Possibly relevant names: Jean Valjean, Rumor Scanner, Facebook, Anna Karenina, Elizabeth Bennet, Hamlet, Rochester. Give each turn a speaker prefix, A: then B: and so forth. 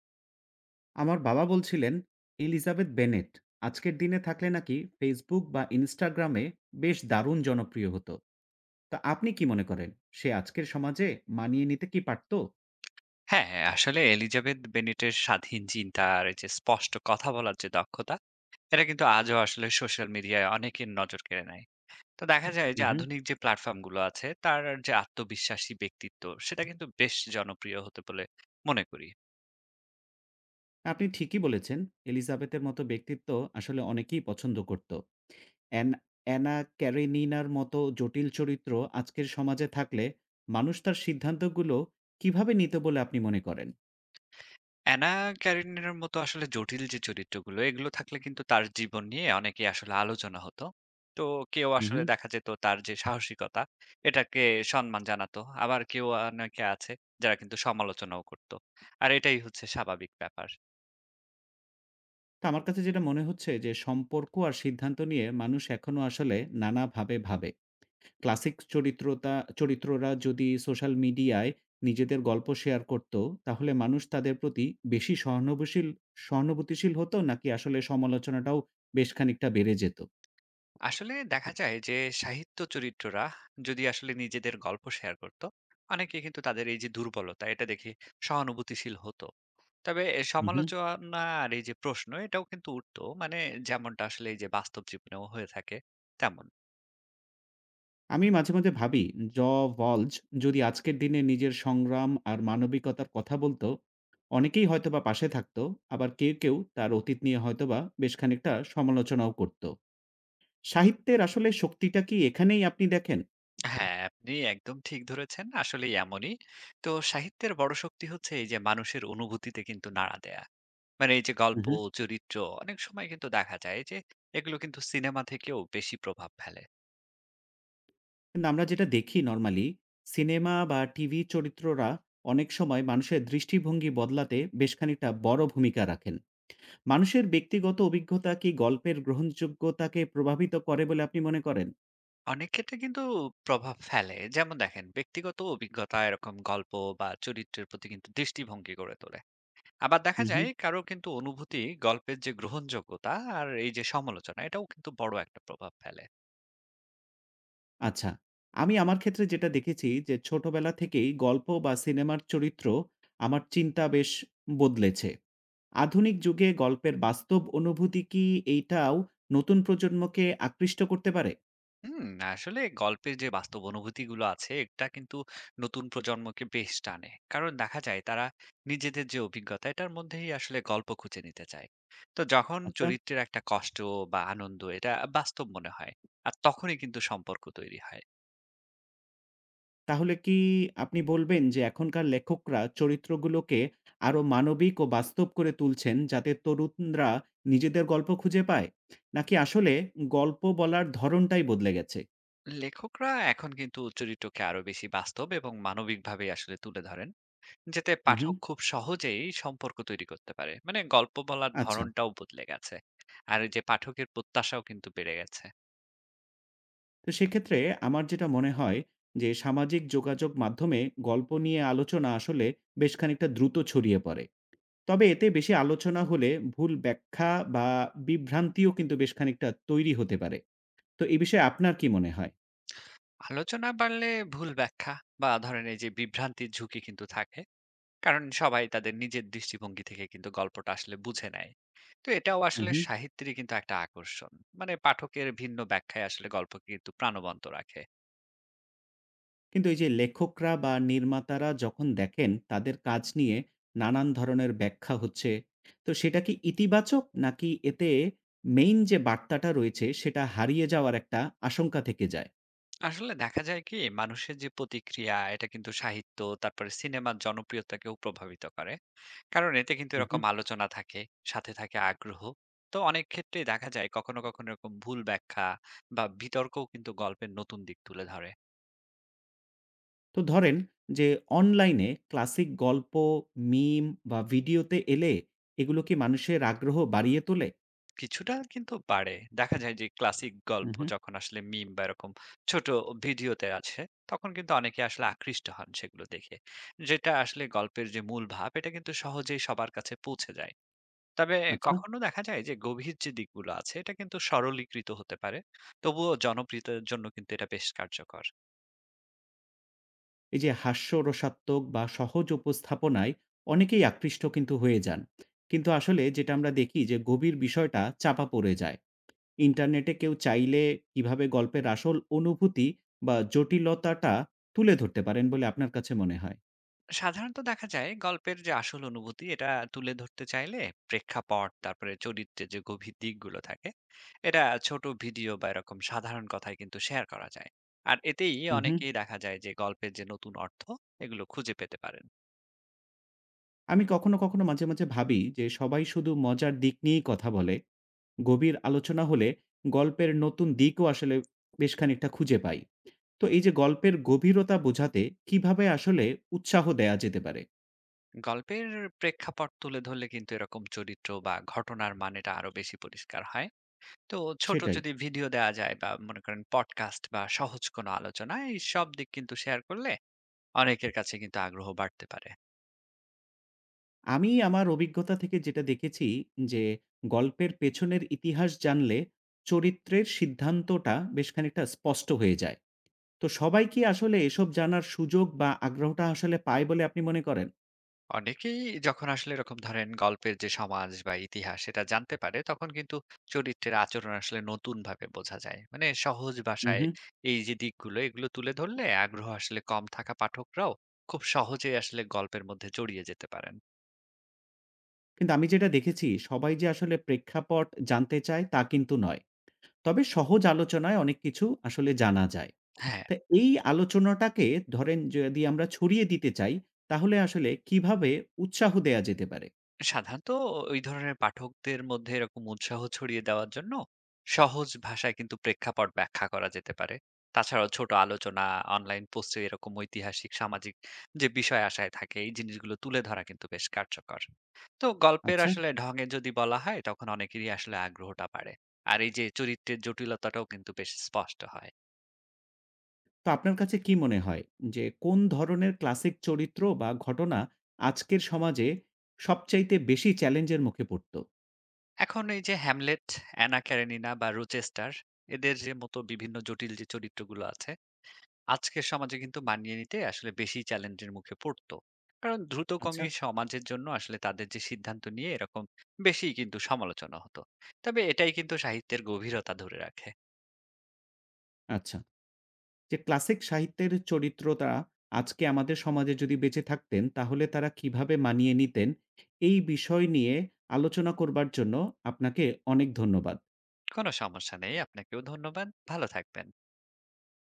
A: আমার বাবা বলছিলেন এলিজাবেথ বেনেট আজকের দিনে থাকলে নাকি ফেসবুক বা ইনস্টাগ্রামে বেশ দারুণ জনপ্রিয় হতো, তা আপনি কি মনে করেন সে আজকের সমাজে মানিয়ে নিতে কি পারত?
B: হ্যাঁ, আসলে এলিজাবেথ বেনেটের স্বাধীন চিন্তা আর এই যে স্পষ্ট কথা বলার যে দক্ষতা, এটা কিন্তু আজও আসলে সোশ্যাল মিডিয়ায় অনেকের নজর কেড়ে নেয়। তো দেখা যায় যে
A: হুম
B: আধুনিক যে প্ল্যাটফর্ম গুলো আছে, তার যে আত্মবিশ্বাসী ব্যক্তিত্ব, সেটা কিন্তু বেশ জনপ্রিয় হতে বলে মনে করি।
A: আপনি ঠিকই বলেছেন, এলিজাবেথের মতো ব্যক্তিত্ব আসলে অনেকেই পছন্দ করত। অ্যান- অ্যানা ক্যারেনিনার মতো জটিল চরিত্র আজকের সমাজে থাকলে মানুষ তার সিদ্ধান্তগুলো কিভাবে নিত বলে আপনি মনে করেন?
B: অ্যানা ক্যারেনিনার মতো আসলে জটিল যে চরিত্রগুলো, এগুলো থাকলে কিন্তু তার জীবন নিয়ে অনেকেই আসলে আলোচনা হতো। তো কেউ আসলে
A: হুম
B: দেখা যেত তার যে সাহসিকতা, এটাকে সম্মান জানাতো। আবার কেউ অনেকে আছে যারা কিন্তু সমালোচনাও করত। আর এটাই হচ্ছে স্বাভাবিক ব্যাপার।
A: তো আমার কাছে যেটা মনে হচ্ছে, যে সম্পর্ক আর সিদ্ধান্ত নিয়ে মানুষ এখনো আসলে নানাভাবে ভাবে। ক্লাসিক চরিত্রতা চরিত্ররা যদি সোশ্যাল মিডিয়ায় নিজেদের গল্প শেয়ার করত, তাহলে মানুষ তাদের প্রতি বেশি সহানুভূতিশীল হতো, নাকি আসলে সমালোচনাটাও বেশ খানিকটা বেড়ে যেত?
B: আসলে দেখা যায় যে সাহিত্য চরিত্ররা যদি আসলে নিজেদের গল্প শেয়ার করত, অনেকে কিন্তু তাদের এই যে দুর্বলতা, এটা দেখে সহানুভূতিশীল হতো। তবে
A: হু, হু।
B: সমালোচনা আর এই যে প্রশ্ন এটাও কিন্তু উঠতো মানে যেমনটা আসলে এই যে বাস্তব জীবনেও হয়ে থাকে তেমন।
A: আমি মাঝে মাঝে ভাবি, জ ভল্জ যদি আজকের দিনে নিজের সংগ্রাম আর মানবিকতার কথা বলতো, অনেকেই হয়তোবা পাশে থাকতো। আবার কেউ কেউ তার অতীত নিয়ে হয়তোবা বেশ খানিকটা সমালোচনাও করত। সাহিত্যের আসলে শক্তিটা কি এখানেই আপনি দেখেন?
B: হ্যাঁ, আপনি একদম ঠিক ধরেছেন, আসলে এমনই। তো সাহিত্যের বড় শক্তি হচ্ছে এই যে মানুষের অনুভূতিতে কিন্তু নাড়া দেয়া মানে এই যে
A: হু,
B: গল্প,
A: হু।
B: চরিত্র অনেক সময় কিন্তু দেখা যায় যে এগুলো কিন্তু সিনেমা থেকেও বেশি প্রভাব ফেলে।
A: কিন্তু আমরা যেটা দেখি নরমালি, সিনেমা বা টিভি চরিত্ররা অনেক সময় মানুষের দৃষ্টিভঙ্গি বদলাতে বেশ খানিকটা বড় ভূমিকা রাখেন। মানুষের ব্যক্তিগত অভিজ্ঞতা কি গল্পের গ্রহণযোগ্যতাকে প্রভাবিত করে বলে আপনি মনে করেন?
B: অনেক ক্ষেত্রে কিন্তু প্রভাব ফেলে, যেমন দেখেন ব্যক্তিগত অভিজ্ঞতা এরকম গল্প বা চরিত্রের প্রতি কিন্তু দৃষ্টিভঙ্গি গড়ে তোলে। আবার দেখা যায় কারো কিন্তু অনুভূতি, গল্পের যে গ্রহণযোগ্যতা আর এই যে সমালোচনা, এটাও কিন্তু বড় একটা প্রভাব ফেলে।
A: আচ্ছা। আমি আমার ক্ষেত্রে যেটা দেখেছি যে ছোটবেলা থেকেই গল্প বা সিনেমার চরিত্র আমার চিন্তা বেশ বদলেছে। আধুনিক যুগে গল্পের বাস্তব অনুভূতি কি এইটাও নতুন প্রজন্মকে আকৃষ্ট করতে পারে?
B: হুম, আসলে গল্পের যে বাস্তব অনুভূতিগুলো আছে এটা কিন্তু নতুন প্রজন্মকে বেশ টানে, কারণ দেখা যায় তারা নিজেদের যে অভিজ্ঞতা এটার মধ্যেই আসলে গল্প খুঁজে নিতে চায়। তো যখন
A: আচ্ছা,
B: চরিত্রের একটা কষ্ট বা আনন্দ এটা বাস্তব মনে হয়, আর তখনই কিন্তু সম্পর্ক তৈরি হয়।
A: তাহলে কি আপনি বলবেন যে এখনকার লেখকরা চরিত্রগুলোকে আরো মানবিক ও বাস্তব করে তুলছেন যাতে তরুণরা নিজেদের গল্প খুঁজে পায়? নাকি আসলে গল্প বলার ধরনটাই বদলে গেছে?
B: লেখকরা এখন কিন্তু চরিত্রকে আরো বেশি বাস্তব এবং মানবিকভাবে আসলে তুলে ধরেন, যেতে
A: উহু,
B: পাঠক খুব সহজেই সম্পর্ক তৈরি করতে পারে, মানে গল্প বলার
A: আচ্ছা।
B: ধরনটাও বদলে গেছে। আর এই যে পাঠকের প্রত্যাশাও কিন্তু বেড়ে গেছে।
A: তো সেক্ষেত্রে আমার যেটা মনে হয়, যে সামাজিক যোগাযোগ মাধ্যমে গল্প নিয়ে আলোচনা আসলে বেশ খানিকটা দ্রুত ছড়িয়ে পড়ে। তবে এতে বেশি আলোচনা হলে ভুল ব্যাখ্যা বা বিভ্রান্তিও কিন্তু বেশ খানিকটা তৈরি হতে পারে। তো এই বিষয়ে আপনার কি মনে হয়?
B: আলোচনা বাড়লে ভুল ব্যাখ্যা বা ধরেন এই যে বিভ্রান্তির ঝুঁকি কিন্তু থাকে, কারণ সবাই তাদের নিজের দৃষ্টিভঙ্গি থেকে কিন্তু গল্পটা আসলে বুঝে নেয়। তো এটাও
A: হুম,
B: আসলে
A: হুম।
B: সাহিত্যেরই কিন্তু একটা আকর্ষণ, মানে পাঠকের ভিন্ন ব্যাখ্যায় আসলে গল্পকে কিন্তু প্রাণবন্ত রাখে।
A: কিন্তু এই যে লেখকরা বা নির্মাতারা যখন দেখেন তাদের কাজ নিয়ে নানান ধরনের ব্যাখ্যা হচ্ছে, তো সেটা কি ইতিবাচক, নাকি এতে মেইন যে বার্তাটা রয়েছে সেটা হারিয়ে যাওয়ার একটা আশঙ্কা থেকে যায়?
B: আসলে দেখা যায় কি, মানুষের যে প্রতিক্রিয়া এটা কিন্তু সাহিত্য তারপরে সিনেমার জনপ্রিয়তাকেও প্রভাবিত করে, কারণ এতে কিন্তু এরকম আলোচনা থাকে, সাথে থাকে আগ্রহ। তো অনেক ক্ষেত্রেই দেখা যায় কখনো, কখনো এরকম ভুল ব্যাখ্যা বা বিতর্কও কিন্তু গল্পের নতুন দিক তুলে ধরে।
A: তো ধরেন যে অনলাইনে ক্লাসিক গল্প, মিম বা ভিডিওতে এলে এগুলো কি মানুষের আগ্রহ বাড়িয়ে তোলে?
B: কিছুটা কিন্তু বাড়ে। দেখা যায় যে ক্লাসিক
A: হুম,
B: গল্প
A: হুম।
B: যখন আসলে মিম বা এরকম ছোট ভিডিওতে আছে, তখন কিন্তু অনেকে আসলে আকৃষ্ট হন সেগুলো দেখে। যেটা আসলে গল্পের যে মূল ভাব এটা কিন্তু সহজেই সবার কাছে পৌঁছে যায়। তবে
A: আচ্ছা,
B: কখনো দেখা যায় যে গভীর যে দিকগুলো আছে এটা কিন্তু সরলীকৃত হতে পারে। তবুও জনপ্রিয়তার জন্য কিন্তু এটা বেশ কার্যকর।
A: এই যে হাস্যরসাত্মক বা সহজ উপস্থাপনায় অনেকেই আকৃষ্ট কিন্তু হয়ে যান। কিন্তু আসলে যেটা আমরা দেখি যে গভীর বিষয়টা চাপা পড়ে যায়। ইন্টারনেটে কেউ চাইলে কিভাবে গল্পের আসল অনুভূতি বা জটিলতাটা তুলে ধরতে পারেন বলে আপনার কাছে মনে হয়?
B: সাধারণত দেখা যায় গল্পের যে আসল অনুভূতি এটা তুলে ধরতে চাইলে প্রেক্ষাপট, তারপরে চরিত্রের যে গভীর দিকগুলো থাকে, এটা ছোট ভিডিও বা এরকম সাধারণ কথায় কিন্তু শেয়ার করা যায়। আর এতেই
A: হুম, হুম।
B: অনেকেই দেখা যায় যে গল্পের যে নতুন অর্থ এগুলো খুঁজে পেতে পারেন।
A: আমি কখনো কখনো মাঝে মাঝে ভাবি যে সবাই শুধু মজার দিক নিয়েই কথা বলে। গভীর আলোচনা হলে গল্পের নতুন দিকও আসলে বেশ খানিকটা খুঁজে পাই। তো এই যে গল্পের গভীরতা বোঝাতে কিভাবে আসলে উৎসাহ দেয়া যেতে পারে?
B: গল্পের প্রেক্ষাপট তুলে ধরলে কিন্তু এরকম চরিত্র বা ঘটনার মানেটা আরো বেশি পরিষ্কার হয়। তো ছোট
A: সেটাই।
B: যদি ভিডিও দেওয়া যায় বা মনে করেন পডকাস্ট বা সহজ কোনো আলোচনা, এই সব দিক কিন্তু শেয়ার করলে অনেকের কাছে কিন্তু আগ্রহ বাড়তে পারে।
A: আমি আমার অভিজ্ঞতা থেকে যেটা দেখেছি যে, গল্পের পেছনের ইতিহাস জানলে চরিত্রের সিদ্ধান্তটা বেশ খানিকটা স্পষ্ট হয়ে যায়। তো সবাই কি আসলে এসব জানার সুযোগ বা আগ্রহটা আসলে পায় বলে আপনি মনে করেন?
B: অনেকেই যখন আসলে এরকম ধরেন গল্পের যে সমাজ বা ইতিহাস সেটা জানতে পারে, তখন কিন্তু চরিত্রের আচরণ আসলে নতুন ভাবে বোঝা যায়, মানে সহজ ভাষায়
A: উহু।
B: এই যে দিকগুলো এগুলো তুলে ধরলে আগ্রহ আসলে কম থাকা পাঠকরাও খুব সহজে আসলে গল্পের মধ্যে জড়িয়ে যেতে পারেন।
A: কিন্তু আমি যেটা দেখেছি সবাই যে আসলে প্রেক্ষাপট জানতে চায় তা কিন্তু নয়। তবে সহজ আলোচনায় অনেক কিছু আসলে জানা যায়।
B: হ্যাঁ।
A: তা এই আলোচনাটাকে ধরেন যদি আমরা ছড়িয়ে দিতে চাই, তাহলে আসলে কিভাবে উৎসাহ দেয়া যেতে পারে?
B: সাধারণত ওই ধরনের পাঠকদের মধ্যে এরকম উৎসাহ ছড়িয়ে দেওয়ার জন্য সহজ ভাষায় কিন্তু প্রেক্ষাপট ব্যাখ্যা করা যেতে পারে। তাছাড়াও ছোট আলোচনা, অনলাইন পোস্টে এরকম ঐতিহাসিক, সামাজিক যে বিষয় আশায় থাকে, এই জিনিসগুলো তুলে ধরা কিন্তু বেশ কার্যকর। তো গল্পের
A: আচ্ছা,
B: আসলে ঢঙে যদি বলা হয় তখন অনেকেরই আসলে আগ্রহটা বাড়ে, আর এই যে চরিত্রের জটিলতাটাও কিন্তু বেশ স্পষ্ট হয়।
A: তো আপনার কাছে কি মনে হয় যে কোন ধরনের ক্লাসিক চরিত্র বা ঘটনা আজকের সমাজে সবচাইতে বেশি চ্যালেঞ্জের মুখে পড়ত?
B: এখন এই যে হ্যামলেট, অ্যানা ক্যারেনিনা বা রোচেস্টার, এদের যে মতো বিভিন্ন জটিল যে চরিত্রগুলো আছে, আজকের সমাজে কিন্তু মানিয়ে নিতে আসলে বেশি চ্যালেঞ্জের মুখে পড়তো। কারণ দ্রুত
A: আচ্ছা,
B: কমিয়ে সমাজের জন্য আসলে তাদের যে সিদ্ধান্ত নিয়ে এরকম বেশি কিন্তু সমালোচনা হতো। তবে এটাই কিন্তু সাহিত্যের গভীরতা ধরে রাখে।
A: আচ্ছা। যে ক্লাসিক সাহিত্যের চরিত্রটা আজকে আমাদের সমাজে যদি বেঁচে থাকতেন, তাহলে তারা কিভাবে মানিয়ে নিতেন, এই বিষয় নিয়ে আলোচনা করবার জন্য আপনাকে অনেক ধন্যবাদ।
B: কোনো সমস্যা নেই। আপনাকেও ধন্যবাদ। ভালো থাকবেন।